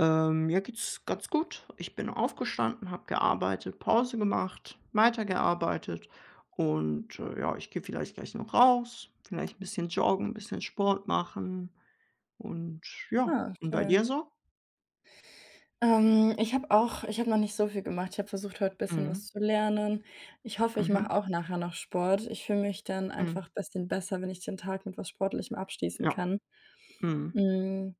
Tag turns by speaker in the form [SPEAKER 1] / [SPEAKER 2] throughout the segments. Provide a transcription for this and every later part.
[SPEAKER 1] Mir geht's ganz gut. Ich bin aufgestanden, habe gearbeitet, Pause gemacht, weitergearbeitet und, ja, ich gehe vielleicht gleich noch raus, vielleicht ein bisschen joggen, ein bisschen Sport machen und ja.
[SPEAKER 2] Ah,
[SPEAKER 1] Und bei
[SPEAKER 2] schön.
[SPEAKER 1] dir so?
[SPEAKER 2] Ich habe auch ich habe noch nicht so viel gemacht. Ich habe versucht, heute ein bisschen was
[SPEAKER 1] Mhm.
[SPEAKER 2] zu lernen. Ich hoffe, ich
[SPEAKER 1] Mhm.
[SPEAKER 2] mache auch nachher noch Sport. Ich fühle mich dann
[SPEAKER 1] Mhm.
[SPEAKER 2] einfach ein bisschen besser, wenn ich den Tag mit was Sportlichem abschließen
[SPEAKER 1] Ja.
[SPEAKER 2] kann.
[SPEAKER 1] Mhm.
[SPEAKER 2] Hm,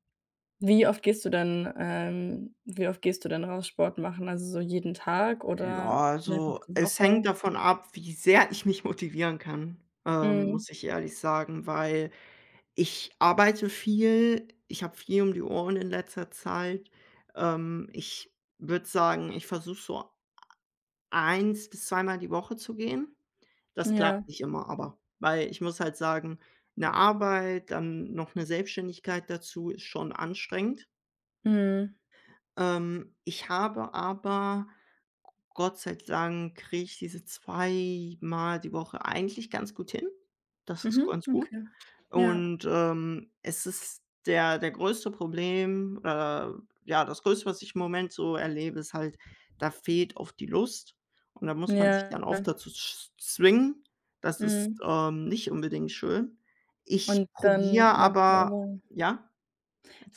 [SPEAKER 2] wie oft gehst du denn wie oft gehst du denn raus Sport machen? Also, so jeden Tag
[SPEAKER 1] Ja,
[SPEAKER 2] oder mehrfach
[SPEAKER 1] also,
[SPEAKER 2] die
[SPEAKER 1] es
[SPEAKER 2] Woche?
[SPEAKER 1] hängt davon ab, wie sehr ich mich motivieren kann,
[SPEAKER 2] Mhm.
[SPEAKER 1] muss ich ehrlich sagen, weil ich arbeite viel, ich habe viel um die Ohren in letzter Zeit. Ich würde sagen, ich versuche so 1 bis zweimal die Woche zu gehen. Das
[SPEAKER 2] Ja.
[SPEAKER 1] klappt nicht immer aber, weil ich muss halt sagen, eine Arbeit, dann noch eine Selbstständigkeit dazu ist schon anstrengend.
[SPEAKER 2] Mhm.
[SPEAKER 1] Ich habe aber, Gott sei Dank, kriege ich diese zweimal die Woche eigentlich ganz gut hin. Das ist
[SPEAKER 2] Mhm.
[SPEAKER 1] ganz gut.
[SPEAKER 2] Okay. Ja.
[SPEAKER 1] Und, es ist der größte Problem oder ja, das Größte, was ich im Moment so erlebe, ist halt, da fehlt oft die Lust und da muss man sich dann oft
[SPEAKER 2] Ja.
[SPEAKER 1] dazu z zwingen. Das ist,
[SPEAKER 2] Mhm.
[SPEAKER 1] nicht unbedingt schön. Ich
[SPEAKER 2] Und dann
[SPEAKER 1] probiere
[SPEAKER 2] machst du
[SPEAKER 1] aber
[SPEAKER 2] aber
[SPEAKER 1] ja,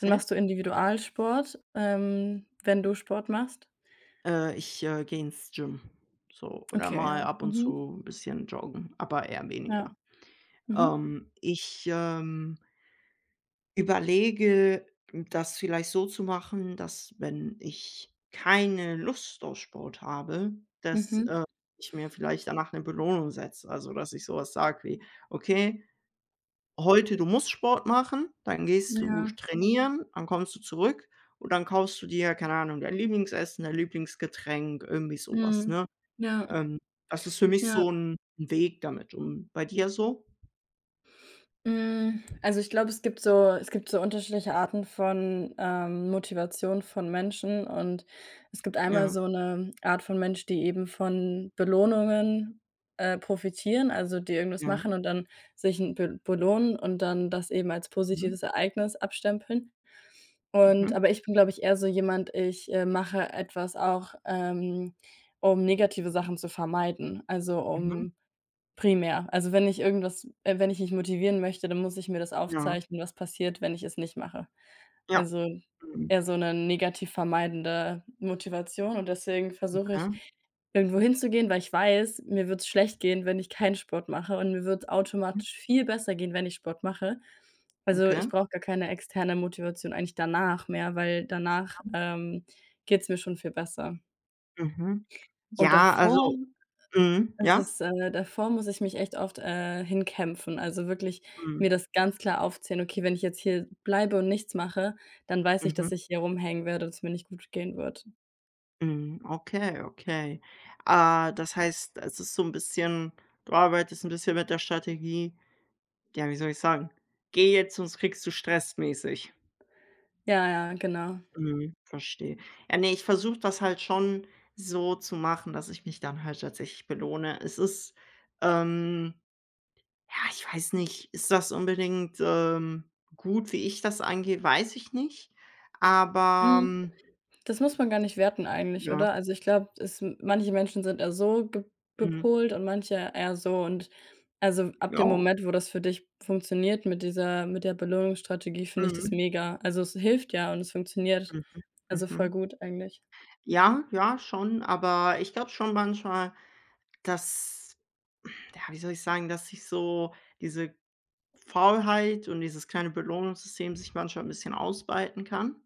[SPEAKER 2] Dann machst du Individualsport, wenn du Sport machst?
[SPEAKER 1] Ich gehe ins Gym, so oder
[SPEAKER 2] Okay,
[SPEAKER 1] mal
[SPEAKER 2] ja.
[SPEAKER 1] ab und
[SPEAKER 2] Mhm.
[SPEAKER 1] zu ein bisschen joggen, aber eher
[SPEAKER 2] Ja.
[SPEAKER 1] weniger.
[SPEAKER 2] Mhm.
[SPEAKER 1] Ich überlege, das vielleicht so zu machen, dass, wenn ich keine Lust auf Sport habe, dass,
[SPEAKER 2] Mhm.
[SPEAKER 1] ich mir vielleicht danach eine Belohnung setze. Also, dass ich sowas sage wie: „Okay, heute du musst Sport machen, dann gehst du
[SPEAKER 2] Ja.
[SPEAKER 1] trainieren, dann kommst du zurück und dann kaufst du dir, keine Ahnung, dein Lieblingsessen, dein Lieblingsgetränk“, irgendwie sowas,
[SPEAKER 2] Mhm.
[SPEAKER 1] ne?
[SPEAKER 2] Ja,
[SPEAKER 1] Ähm, Das ist für mich
[SPEAKER 2] ja.
[SPEAKER 1] so 'n Weg damit. Und bei dir so?
[SPEAKER 2] Hm, also, ich glaube, es gibt so unterschiedliche Arten von, Motivation von Menschen und es gibt einmal
[SPEAKER 1] Ja,
[SPEAKER 2] so 'ne Art von Mensch, die eben von Belohnungen, profitieren, also, die irgendwas
[SPEAKER 1] ja.
[SPEAKER 2] machen und dann sich 'n be belohnen und dann das eben als
[SPEAKER 1] Mhm,
[SPEAKER 2] positives Ereignis abstempeln.
[SPEAKER 1] mhm,
[SPEAKER 2] Und aber ich bin, glaube ich, eher so jemand, mache etwas auch, um negative Sachen zu vermeiden, also,
[SPEAKER 1] mhm.
[SPEAKER 2] um primär. Also, wenn ich irgendwas wenn ich mich motivieren möchte, dann muss ich mir das
[SPEAKER 1] Ja,
[SPEAKER 2] aufzeichnen, was passiert, wenn ich es nicht mache.
[SPEAKER 1] ja.
[SPEAKER 2] Also,
[SPEAKER 1] Mhm,
[SPEAKER 2] eher so eine negativ vermeidende Motivation und deswegen versuche ich,
[SPEAKER 1] okay.
[SPEAKER 2] irgendwo hinzugehen, weil ich weiß, mir wird's schlecht gehen, wenn ich keinen Sport mache und mir wird
[SPEAKER 1] Mhm,
[SPEAKER 2] automatisch viel besser gehen, wenn ich Sport mache. Also, ich
[SPEAKER 1] okay.
[SPEAKER 2] brauche gar keine externe Motivation eigentlich danach mehr, weil danach, geht's mir schon viel besser.
[SPEAKER 1] Mhm.
[SPEAKER 2] Und
[SPEAKER 1] Ja,
[SPEAKER 2] davor
[SPEAKER 1] also mhm,
[SPEAKER 2] das
[SPEAKER 1] ja?
[SPEAKER 2] ist davor muss ich mich echt oft, hinkämpfen. Also, wirklich
[SPEAKER 1] Mhm,
[SPEAKER 2] mir das ganz klar aufzählen: „Okay, wenn ich jetzt hier bleibe und nichts mache, dann weiß ich, dass
[SPEAKER 1] mhm,
[SPEAKER 2] ich hier rumhängen werde und es mir nicht gut gehen wird.“
[SPEAKER 1] mhm. Okay, okay. Ah, das heißt, es ist so 'n bisschen du arbeitest 'n bisschen mit der Strategie ja, wie soll ich sagen: „Geh jetzt, sonst kriegst du Stress“, mäßig.
[SPEAKER 2] Ja, ja, genau.
[SPEAKER 1] Mhm, verstehe. Ja, ne, ich versuche das halt schon so zu machen, dass ich mich dann halt tatsächlich belohne. Es ist, ähm ja, ich weiß nicht, ist das unbedingt, gut, wie ich das angehe, weiß ich nicht. Aber,
[SPEAKER 2] Hm,
[SPEAKER 1] hm,
[SPEAKER 2] das muss man gar nicht werten eigentlich,
[SPEAKER 1] ja,
[SPEAKER 2] oder? Also, ich glaube, manche Menschen sind eher so ge
[SPEAKER 1] mhm,
[SPEAKER 2] gepolt und manche eher so und also, ab
[SPEAKER 1] ja,
[SPEAKER 2] dem Moment, wo das für dich funktioniert mit dieser mit der Belohnungsstrategie, finde ich das
[SPEAKER 1] mhm,
[SPEAKER 2] mega. Also, es hilft ja und es funktioniert.
[SPEAKER 1] mhm,
[SPEAKER 2] Also, voll
[SPEAKER 1] mhm.
[SPEAKER 2] gut eigentlich.
[SPEAKER 1] Ja, ja, schon, aber ich glaube schon manchmal, dass ja, wie soll ich sagen, dass ich so diese Faulheit und dieses kleine Belohnungssystem sich manchmal ein bisschen ausweiten kann.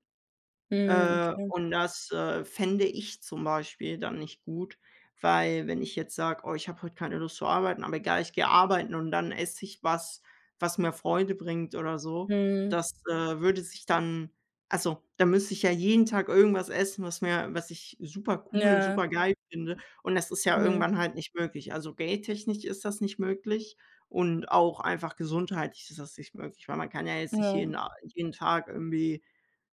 [SPEAKER 2] Mhm, okay.
[SPEAKER 1] Und das, fände ich zum Beispiel dann nicht gut, weil wenn ich jetzt sage: „Oh, ich habe heute keine Lust zu arbeiten, aber egal, ich gehe arbeiten und dann esse ich was, was mir Freude bringt“ oder so,
[SPEAKER 2] Mhm.
[SPEAKER 1] das, würde sich dann also, dann müsste ich ja jeden Tag irgendwas essen, was mir was ich super cool und
[SPEAKER 2] Ja,
[SPEAKER 1] super geil finde und das ist ja
[SPEAKER 2] mhm,
[SPEAKER 1] irgendwann halt nicht möglich. Also, geldtechnisch ist das nicht möglich und auch einfach gesundheitlich ist das nicht möglich, weil man kann ja jetzt nicht
[SPEAKER 2] ja,
[SPEAKER 1] jeden Tag irgendwie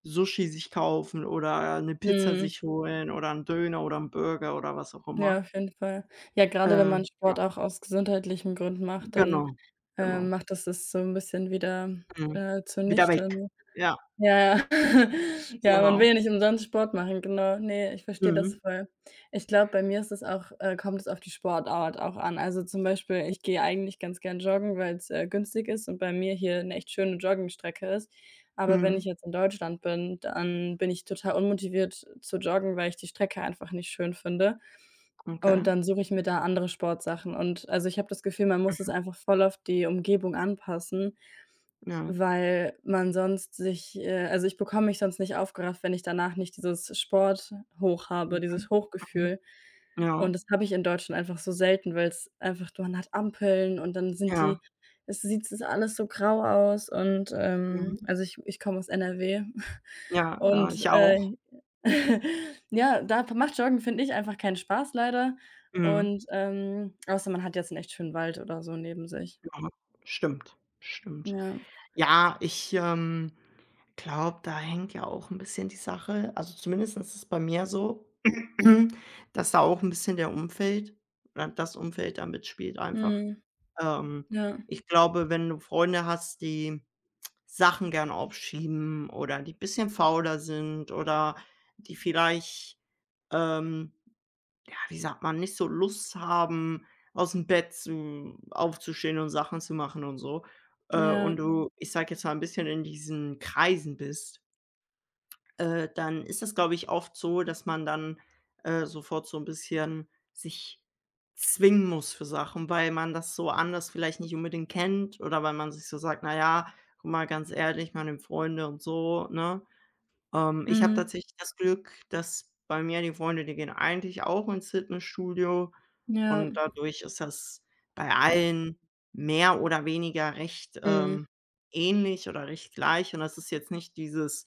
[SPEAKER 1] Sushi sich kaufen oder 'ne Pizza
[SPEAKER 2] mhm.
[SPEAKER 1] sich holen oder 'n Döner oder 'n Burger oder was auch
[SPEAKER 2] Ja,
[SPEAKER 1] immer.
[SPEAKER 2] auf jeden Fall. Ja, gerade wenn
[SPEAKER 1] Äh,
[SPEAKER 2] man
[SPEAKER 1] ja,
[SPEAKER 2] Sport auch aus gesundheitlichen Gründen macht, dann,
[SPEAKER 1] genau, genau.
[SPEAKER 2] macht das das so 'n bisschen wieder,
[SPEAKER 1] Mhm. Wieder
[SPEAKER 2] zunichte.
[SPEAKER 1] weg.
[SPEAKER 2] Ne?
[SPEAKER 1] Ja,
[SPEAKER 2] Ja, ja, Ja, man will
[SPEAKER 1] genau.
[SPEAKER 2] ja nicht umsonst Sport machen, genau. Ne, ich verstehe das
[SPEAKER 1] Mhm,
[SPEAKER 2] voll. Ich glaube, bei mir ist es auch kommt es auf die Sportart auch an. Also, zum Beispiel, ich gehe eigentlich ganz gern joggen, weil's, günstig ist und bei mir hier eine echt schöne Joggingstrecke ist. Aber wenn ich
[SPEAKER 1] mhm,
[SPEAKER 2] jetzt in Deutschland bin, dann bin ich total unmotiviert zu joggen, weil ich die Strecke einfach nicht schön finde.
[SPEAKER 1] okay,
[SPEAKER 2] Und dann suche ich mir da andere Sportsachen und also, ich habe das Gefühl, man muss es einfach voll auf die Umgebung anpassen.
[SPEAKER 1] ja.
[SPEAKER 2] Weil man sonst sich also, ich bekomme mich sonst nicht aufgerafft, wenn ich danach nicht dieses Sport-Hoch
[SPEAKER 1] Mhm,
[SPEAKER 2] habe, dieses
[SPEAKER 1] mhm.
[SPEAKER 2] Hochgefühl.
[SPEAKER 1] Ja,
[SPEAKER 2] Und das habe ich in Deutschland einfach so selten, weil es einfach man hat Ampeln und dann sind
[SPEAKER 1] ja,
[SPEAKER 2] die es sieht es alles so grau aus und,
[SPEAKER 1] mhm.
[SPEAKER 2] also, ich komme aus NRW
[SPEAKER 1] Ja, ja,
[SPEAKER 2] und,
[SPEAKER 1] ich auch.
[SPEAKER 2] ja, da macht Joggen, finde ich, einfach keinen Spaß leider
[SPEAKER 1] Mhm,
[SPEAKER 2] und, außer man hat jetzt 'n echt schönen Wald oder so neben sich.
[SPEAKER 1] ja, stimmt, stimmt.
[SPEAKER 2] Ja,
[SPEAKER 1] Ja, ich glaube, da hängt ja auch ein bisschen die Sache also zumindest ist es bei mir so, dass da auch ein bisschen der Umfeld oder das Umfeld da mitspielt einfach.
[SPEAKER 2] mhm,
[SPEAKER 1] Ähm,
[SPEAKER 2] ja.
[SPEAKER 1] Ich glaube, wenn du Freunde hast, die Sachen gern aufschieben oder die ein bisschen fauler sind oder die vielleicht, ähm ja, wie sagt man, nicht so Lust haben, aus dem Bett zu aufzustehen und Sachen zu machen und so, und
[SPEAKER 2] Ja,
[SPEAKER 1] Mhm. Du, ich sag jetzt mal, ein bisschen in diesen Kreisen bist, dann ist das, glaube ich, oft so, dass man dann, sofort so ein bisschen sich zwingen muss für Sachen, weil man das so anders vielleicht nicht unbedingt kennt oder weil man sich so sagt: „Na ja, guck mal, ganz ehrlich, man nimmt Freunde und so“, ne? Ich habe
[SPEAKER 2] mhm,
[SPEAKER 1] tatsächlich das Glück, dass bei mir die Freunde, die gehen eigentlich auch ins Fitnessstudio
[SPEAKER 2] ja,
[SPEAKER 1] und dadurch ist das bei allen mehr oder weniger recht,
[SPEAKER 2] mhm,
[SPEAKER 1] ähnlich oder recht gleich und das ist jetzt nicht dieses: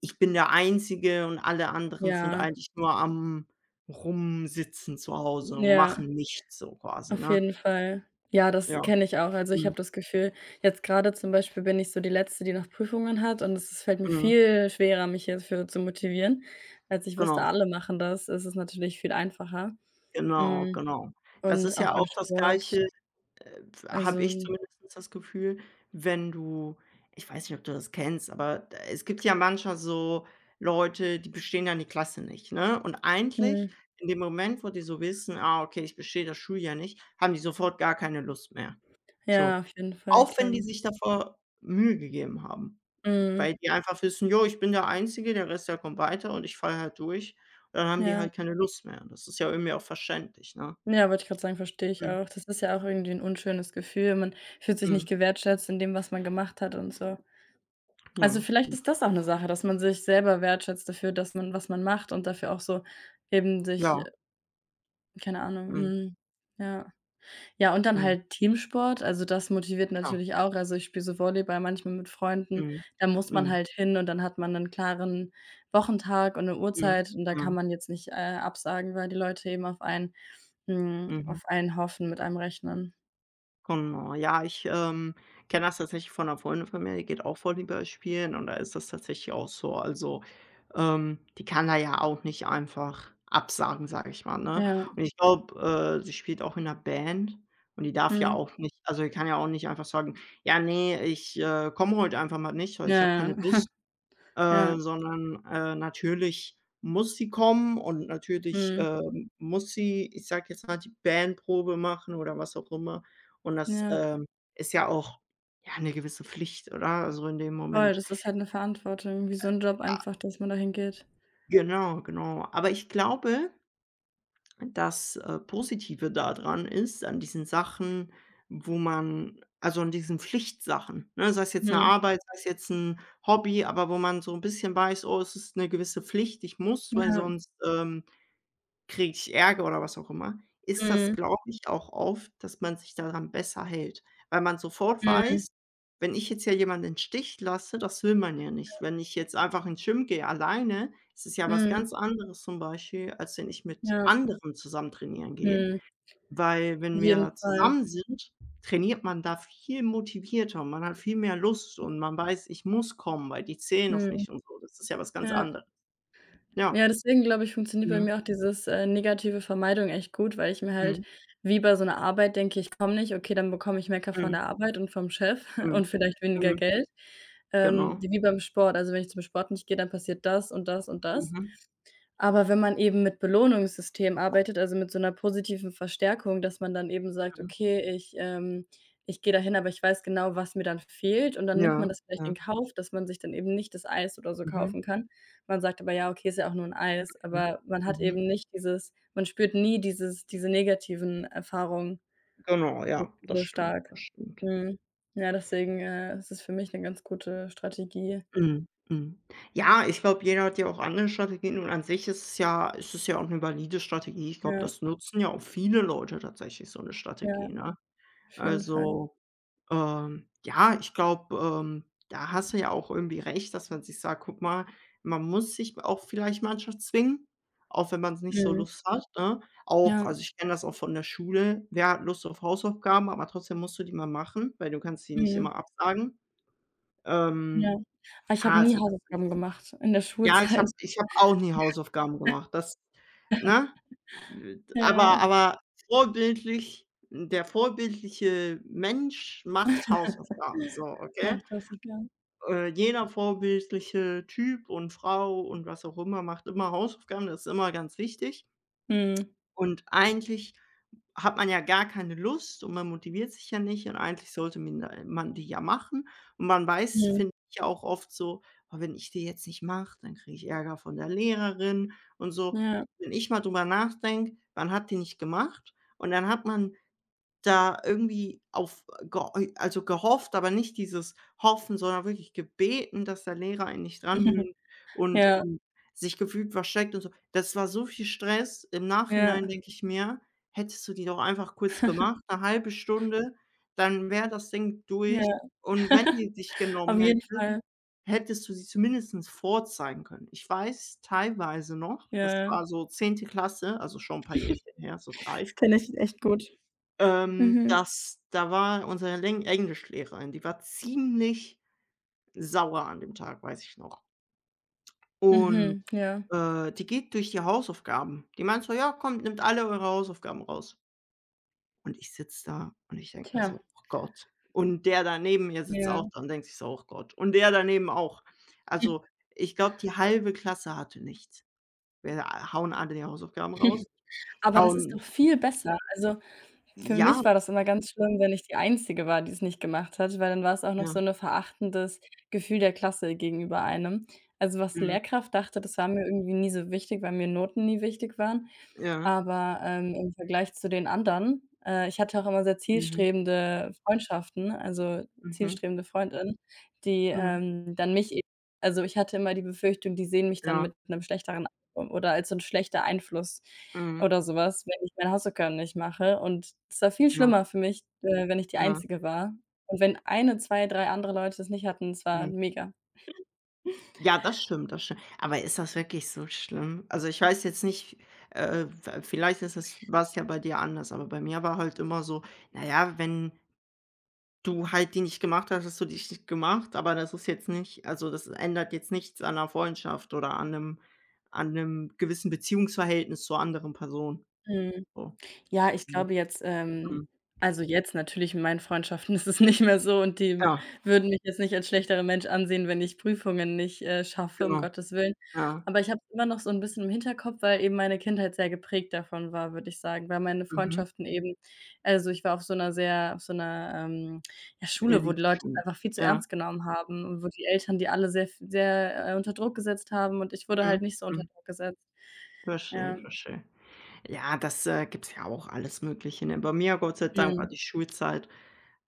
[SPEAKER 1] „Ich bin der Einzige und alle anderen sind
[SPEAKER 2] ja,
[SPEAKER 1] eigentlich nur am Rumsitzen zu Hause und
[SPEAKER 2] ja,
[SPEAKER 1] machen nichts“, so quasi,
[SPEAKER 2] auf
[SPEAKER 1] ne?
[SPEAKER 2] jeden Fall. Ja, das
[SPEAKER 1] Ja.
[SPEAKER 2] kenne ich auch. Also, ich
[SPEAKER 1] Mhm.
[SPEAKER 2] habe das Gefühl jetzt gerade zum Beispiel bin ich so die Letzte, die noch Prüfungen hat und es fällt mir
[SPEAKER 1] Mhm.
[SPEAKER 2] viel schwerer, mich hierfür zu motivieren. Als ich wusste,
[SPEAKER 1] Genau,
[SPEAKER 2] alle machen das, ist es natürlich viel einfacher.
[SPEAKER 1] genau,
[SPEAKER 2] Hm,
[SPEAKER 1] genau. Das ist
[SPEAKER 2] und auch
[SPEAKER 1] ja
[SPEAKER 2] beim
[SPEAKER 1] auch das
[SPEAKER 2] Sport.
[SPEAKER 1] Gleiche. Äh, Habe ich
[SPEAKER 2] Also,
[SPEAKER 1] zumindest das Gefühl, wenn du ich weiß nicht, ob du das kennst, aber d es gibt ja manchmal so Leute, die bestehen dann die Klasse nicht, ne? Und eigentlich
[SPEAKER 2] mhm,
[SPEAKER 1] in dem Moment, wo die so wissen: „Ah, okay, ich bestehe das Schuljahr ja nicht“, haben die sofort gar keine Lust mehr.
[SPEAKER 2] ja,
[SPEAKER 1] So.
[SPEAKER 2] auf jeden Fall,
[SPEAKER 1] Auch
[SPEAKER 2] klar.
[SPEAKER 1] wenn die sich davor Mühe gegeben haben,
[SPEAKER 2] Mhm,
[SPEAKER 1] weil die einfach wissen: „Jo, ich bin der Einzige, der Rest, der kommt weiter und ich falle halt durch.“ Und dann haben die
[SPEAKER 2] ja.
[SPEAKER 1] halt keine Lust mehr. Das ist ja irgendwie auch verständlich, ne?
[SPEAKER 2] Ja, wollte ich gerade sagen, verstehe ich
[SPEAKER 1] Mhm,
[SPEAKER 2] auch. Das ist ja auch irgendwie ein unschönes Gefühl. Man fühlt sich nicht
[SPEAKER 1] mhm.
[SPEAKER 2] gewertschätzt in dem, was man gemacht hat und so. Also,
[SPEAKER 1] Ja,
[SPEAKER 2] vielleicht ist das auch eine Sache, dass man sich selber wertschätzt dafür, dass man was man macht und dafür auch so eben sich
[SPEAKER 1] ja.
[SPEAKER 2] keine Ahnung,
[SPEAKER 1] Mh,
[SPEAKER 2] mhm, ja. Ja, und dann
[SPEAKER 1] mhm,
[SPEAKER 2] halt Teamsport, also, das motiviert
[SPEAKER 1] klar.
[SPEAKER 2] natürlich auch. Also, ich spiele so Volleyball manchmal mit Freunden,
[SPEAKER 1] Mhm,
[SPEAKER 2] da muss man
[SPEAKER 1] mhm,
[SPEAKER 2] halt hin und dann hat man einen klaren Wochentag und eine
[SPEAKER 1] mhm,
[SPEAKER 2] Uhrzeit und da kann
[SPEAKER 1] mhm,
[SPEAKER 2] man jetzt nicht, absagen, weil die Leute eben auf einen
[SPEAKER 1] mhm.
[SPEAKER 2] auf einen hoffen, mit einem rechnen.
[SPEAKER 1] Genau. Ja, ich kenne das tatsächlich von einer Freundin von mir, die geht auch Volleyball spielen und da ist das tatsächlich auch so. Also, die kann da ja auch nicht einfach absagen, sage ich mal, ne?
[SPEAKER 2] Ja,
[SPEAKER 1] Und ich glaube, sie spielt auch in 'ner Band und die darf ja
[SPEAKER 2] mhm.
[SPEAKER 1] auch nicht also, die kann ja auch nicht einfach sagen: „Ja, nee, ich komme heute einfach mal nicht, weil ich habe
[SPEAKER 2] Ja,
[SPEAKER 1] keine
[SPEAKER 2] ja,
[SPEAKER 1] Lust.“
[SPEAKER 2] ja,
[SPEAKER 1] Sondern, natürlich muss sie kommen und natürlich,
[SPEAKER 2] mhm.
[SPEAKER 1] muss sie, ich sag jetzt mal, die Bandprobe machen oder was auch immer. Und das,
[SPEAKER 2] Ja,
[SPEAKER 1] ist ja auch, ja, eine gewisse Pflicht, oder? Also, in dem
[SPEAKER 2] voll,
[SPEAKER 1] Moment.
[SPEAKER 2] das ist halt 'ne Verantwortung, wie so 'n Job einfach, dass man dahin geht.
[SPEAKER 1] Genau, genau. Aber ich glaube, das, Positive da dran ist, an diesen Sachen, wo man also, an diesen Pflichtsachen, ne, sei es jetzt eine
[SPEAKER 2] Mhm.
[SPEAKER 1] Arbeit, sei es jetzt ein Hobby, aber wo man so ein bisschen weiß: „Oh, es ist eine gewisse Pflicht, ich muss, weil
[SPEAKER 2] Ja,
[SPEAKER 1] sonst, kriege ich Ärger oder was auch immer, ist das,
[SPEAKER 2] mhm,
[SPEAKER 1] glaube ich, auch oft, dass man sich daran besser hält, weil man sofort
[SPEAKER 2] mhm,
[SPEAKER 1] weiß: „Wenn ich jetzt hier jemanden im Stich lasse, das will man ja nicht.“ Wenn ich jetzt einfach ins Gym gehe alleine, ist es ja was
[SPEAKER 2] mhm,
[SPEAKER 1] ganz anderes zum Beispiel, als wenn ich mit
[SPEAKER 2] ja,
[SPEAKER 1] anderen zusammen trainieren gehe,
[SPEAKER 2] mhm,
[SPEAKER 1] weil
[SPEAKER 2] auf
[SPEAKER 1] wenn
[SPEAKER 2] jeden
[SPEAKER 1] wir
[SPEAKER 2] Fall,
[SPEAKER 1] zusammen sind, trainiert man da viel motivierter und man hat viel mehr Lust und man weiß: „Ich muss kommen, weil die zählen auf
[SPEAKER 2] mhm,
[SPEAKER 1] mich“ und so. Das ist ja was ganz
[SPEAKER 2] ja.
[SPEAKER 1] anderes. Ja.
[SPEAKER 2] Ja, deswegen glaube ich, funktioniert bei
[SPEAKER 1] Mhm.
[SPEAKER 2] mir auch dieses, negative Vermeidung echt gut, weil ich mir halt
[SPEAKER 1] Mhm.
[SPEAKER 2] wie bei so 'ner Arbeit denke: „Ich komme nicht, okay, dann bekomme ich Mecker von
[SPEAKER 1] Mhm.
[SPEAKER 2] der Arbeit und vom Chef
[SPEAKER 1] Mhm.
[SPEAKER 2] und vielleicht weniger
[SPEAKER 1] Mhm.
[SPEAKER 2] Geld.“
[SPEAKER 1] Genau.
[SPEAKER 2] wie beim Sport, also, wenn ich zum Sport nicht gehe, dann passiert das und das und das.
[SPEAKER 1] Mhm,
[SPEAKER 2] Aber wenn man eben mit Belohnungssystem arbeitet, also mit so 'ner positiven Verstärkung, dass man dann eben sagt:
[SPEAKER 1] mhm.
[SPEAKER 2] „Okay, ich gehe dahin, aber ich weiß genau, was mir dann fehlt.“ Und dann nimmt
[SPEAKER 1] Ja,
[SPEAKER 2] man das vielleicht
[SPEAKER 1] ja.
[SPEAKER 2] in Kauf, dass man sich dann eben nicht das Eis oder so
[SPEAKER 1] Mhm,
[SPEAKER 2] kaufen kann. Man sagt aber: „Ja, okay, ist ja auch nur 'n Eis.“
[SPEAKER 1] mhm,
[SPEAKER 2] Aber man hat
[SPEAKER 1] mhm.
[SPEAKER 2] eben nicht dieses man spürt nie dieses diese negativen Erfahrungen
[SPEAKER 1] Genau,
[SPEAKER 2] so
[SPEAKER 1] ja, das
[SPEAKER 2] so
[SPEAKER 1] stimmt,
[SPEAKER 2] stark.
[SPEAKER 1] das stimmt.
[SPEAKER 2] Mhm. Ja, deswegen, ist es für mich 'ne ganz gute Strategie.
[SPEAKER 1] Mhm, mhm. Ja, ich glaube, jeder hat ja auch andere Strategien und an sich ist es ja auch 'ne valide Strategie. Ich glaube,
[SPEAKER 2] Ja,
[SPEAKER 1] das nutzen ja auch viele Leute tatsächlich, so 'ne Strategie,
[SPEAKER 2] ja,
[SPEAKER 1] ne?
[SPEAKER 2] auf jeden Fall.
[SPEAKER 1] Also ja, ich glaube, da hast du ja auch irgendwie recht, dass man sich sagt: „Guck mal, man muss sich auch vielleicht manchmal zwingen, auch wenn man es nicht so
[SPEAKER 2] Mhm.
[SPEAKER 1] Lust hat“, ne? Auch
[SPEAKER 2] Ja,
[SPEAKER 1] also, ich kenne das auch von der Schule. Wer hat Lust auf Hausaufgaben, aber trotzdem musst du die mal machen, weil du kannst die nicht
[SPEAKER 2] mhm.
[SPEAKER 1] immer absagen.
[SPEAKER 2] Ja.
[SPEAKER 1] Ähm,
[SPEAKER 2] Aber ich
[SPEAKER 1] ja,
[SPEAKER 2] habe nie
[SPEAKER 1] also, das sind
[SPEAKER 2] Hausaufgaben
[SPEAKER 1] so Sachen.
[SPEAKER 2] gemacht in der
[SPEAKER 1] Ja, ich habe
[SPEAKER 2] Schulzeit.
[SPEAKER 1] ich habe auch nie Hausaufgaben gemacht. Das ne?
[SPEAKER 2] Ja,
[SPEAKER 1] Aber vorbildlich der vorbildliche Mensch macht Hausaufgaben, so, okay?
[SPEAKER 2] mache das egal.
[SPEAKER 1] Jeder vorbildliche Typ und Frau und was auch immer macht immer Hausaufgaben, das ist immer ganz wichtig.
[SPEAKER 2] Mhm.
[SPEAKER 1] Und eigentlich hat man ja gar keine Lust und man motiviert sich ja nicht und eigentlich sollte min man die ja machen. Und man weiß,
[SPEAKER 2] Mhm.
[SPEAKER 1] finde ich ja auch oft so: „Oh, wenn ich die jetzt nicht mache, dann kriege ich Ärger von der Lehrerin“ und so.
[SPEAKER 2] Ja.
[SPEAKER 1] Wenn ich mal drüber nachdenke, man hat die nicht gemacht und dann hat man da irgendwie auf geho also gehofft, aber nicht dieses Hoffen, sondern wirklich gebeten, dass der Lehrer einen nicht rannimmt und
[SPEAKER 2] Ja,
[SPEAKER 1] und sich gefühlt versteckt und so. Das war so viel Stress. Im Nachhinein
[SPEAKER 2] ja,
[SPEAKER 1] denke ich mir: „Hättest du die doch einfach kurz gemacht, eine halbe Stunde, dann wäre das Ding
[SPEAKER 2] ja.
[SPEAKER 1] durch. Und wenn die dich
[SPEAKER 2] Auf
[SPEAKER 1] genommen
[SPEAKER 2] jeden
[SPEAKER 1] hätte,
[SPEAKER 2] Fall.
[SPEAKER 1] hättest du sie zumindestens vorzeigen können.“ Ich weiß teilweise noch,
[SPEAKER 2] Ja,
[SPEAKER 1] das
[SPEAKER 2] ja.
[SPEAKER 1] war so zehnte Klasse, also schon ein paar Jährchen her, so 3.
[SPEAKER 2] Das kenne ich echt gut. Mhm.
[SPEAKER 1] Das da war unsere Leng Englischlehrerin, die war ziemlich sauer an dem Tag, weiß ich noch. Und,
[SPEAKER 2] Mhm, ja.
[SPEAKER 1] die geht durch die Hausaufgaben. Die meint so: „Ja, kommt, nehmt alle eure Hausaufgaben raus.“ Und ich sitze da und ich denke mir
[SPEAKER 2] Tja,
[SPEAKER 1] so: „Oh Gott.“ Und der da neben mir sitzt
[SPEAKER 2] ja.
[SPEAKER 1] auch da und denkt sich so: „Oh Gott.“ Und der daneben auch. Also, ich glaube, die halbe Klasse hatte nichts. Wir a hauen alle die Hausaufgaben raus.
[SPEAKER 2] Aber das ist doch
[SPEAKER 1] Hauen
[SPEAKER 2] viel besser. Also für
[SPEAKER 1] ja,
[SPEAKER 2] mich war das immer ganz schlimm, wenn ich die Einzige war, die es nicht gemacht hat, weil dann war es auch noch so
[SPEAKER 1] ja,
[SPEAKER 2] 'ne verachtendes Gefühl der Klasse gegenüber einem. Also, was die
[SPEAKER 1] mhm,
[SPEAKER 2] Lehrkraft dachte, das war mir irgendwie nie so wichtig, weil mir Noten nie wichtig waren.
[SPEAKER 1] ja,
[SPEAKER 2] Aber, im Vergleich zu den anderen ich hatte auch immer sehr
[SPEAKER 1] mhm,
[SPEAKER 2] zielstrebende Freundschaften, also,
[SPEAKER 1] mhm, mhm,
[SPEAKER 2] zielstrebende Freundinnen, die,
[SPEAKER 1] mhm,
[SPEAKER 2] dann mich eben also, ich hatte immer die Befürchtung, die sehen mich dann
[SPEAKER 1] ja.
[SPEAKER 2] mit 'nem schlechteren oder als so 'n schlechter Einfluss.
[SPEAKER 1] Mhm.
[SPEAKER 2] Oder sowas, wenn ich meine Hausaufgaben nicht mache und es war viel
[SPEAKER 1] Ja,
[SPEAKER 2] schlimmer für mich, wenn ich die
[SPEAKER 1] ja,
[SPEAKER 2] Einzige war. Und wenn eine, zwei, drei andere Leute es nicht hatten, es war
[SPEAKER 1] mhm.
[SPEAKER 2] mega.
[SPEAKER 1] Ja, das stimmt, das stimmt. Aber ist das wirklich so schlimm? Also, ich weiß jetzt nicht, v vielleicht ist es war's ja bei dir anders, aber bei mir war halt immer so: Naja, wenn du halt die nicht gemacht hast, hast du die nicht gemacht, aber das ist jetzt nicht also, das ändert jetzt nichts an 'ner Freundschaft oder an 'nem gewissen Beziehungsverhältnis zur anderen Person.“
[SPEAKER 2] Mhm.
[SPEAKER 1] So,
[SPEAKER 2] Ja, ich
[SPEAKER 1] also,
[SPEAKER 2] glaube jetzt,
[SPEAKER 1] mhm.
[SPEAKER 2] also jetzt natürlich in meinen Freundschaften ist es nicht mehr so und die
[SPEAKER 1] Ja,
[SPEAKER 2] würden mich jetzt nicht als schlechterer Mensch ansehen, wenn ich Prüfungen nicht, schaffe, um
[SPEAKER 1] genau.
[SPEAKER 2] Gottes Willen.
[SPEAKER 1] Ja,
[SPEAKER 2] Aber ich habe es immer noch so 'n bisschen im Hinterkopf, weil eben meine Kindheit sehr geprägt davon war, würde ich sagen, weil meine
[SPEAKER 1] mhm.
[SPEAKER 2] Freundschaften eben also, ich war auf so 'ner sehr auf so 'ner, ja, Schule, wo die Leute
[SPEAKER 1] Elite-Schule.
[SPEAKER 2] es einfach viel zu
[SPEAKER 1] Ja,
[SPEAKER 2] ernst genommen haben und wo die Eltern die alle sehr f sehr, unter Druck gesetzt haben und ich wurde
[SPEAKER 1] mhm,
[SPEAKER 2] halt nicht so unter
[SPEAKER 1] mhm.
[SPEAKER 2] Druck gesetzt.
[SPEAKER 1] Verstehe,
[SPEAKER 2] Ja.
[SPEAKER 1] verstehe. Ja, das, gibt's ja auch alles Mögliche, ne? Bei mir, Gott sei Dank, war
[SPEAKER 2] Mhm.
[SPEAKER 1] die Schulzeit,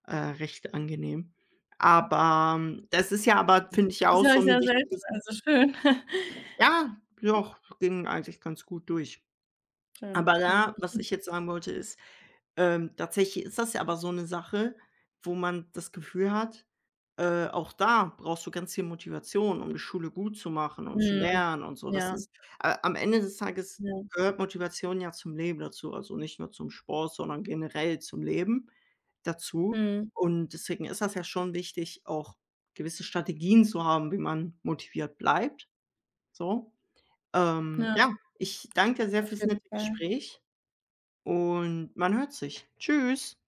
[SPEAKER 1] recht angenehm. Aber, das ist ja aber, finde ich, ja
[SPEAKER 2] Das
[SPEAKER 1] auch
[SPEAKER 2] höre
[SPEAKER 1] so
[SPEAKER 2] ich
[SPEAKER 1] 'n
[SPEAKER 2] sehr selten,
[SPEAKER 1] wichtiges
[SPEAKER 2] also schön.
[SPEAKER 1] ja, doch, ging eigentlich ganz gut durch.
[SPEAKER 2] Schön,
[SPEAKER 1] Aber
[SPEAKER 2] ja.
[SPEAKER 1] da, was ich jetzt sagen wollte, ist, tatsächlich ist das ja aber so eine Sache, wo man das Gefühl hat, auch da brauchst du ganz viel Motivation, um die Schule gut zu machen und zu
[SPEAKER 2] Mhm.
[SPEAKER 1] lernen und so. Das
[SPEAKER 2] Ja,
[SPEAKER 1] ist a am Ende des Tages
[SPEAKER 2] ja.
[SPEAKER 1] gehört Motivation ja zum Leben dazu, also nicht nur zum Sport, sondern generell zum Leben dazu.
[SPEAKER 2] Mhm.
[SPEAKER 1] Und deswegen ist das ja schon wichtig, auch gewisse Strategien zu haben, wie man motiviert bleibt, so.
[SPEAKER 2] Ja,
[SPEAKER 1] Ja, ich danke dir sehr
[SPEAKER 2] auf
[SPEAKER 1] fürs
[SPEAKER 2] jeden
[SPEAKER 1] nette
[SPEAKER 2] Fall.
[SPEAKER 1] Gespräch. Und man hört sich. Tschüss.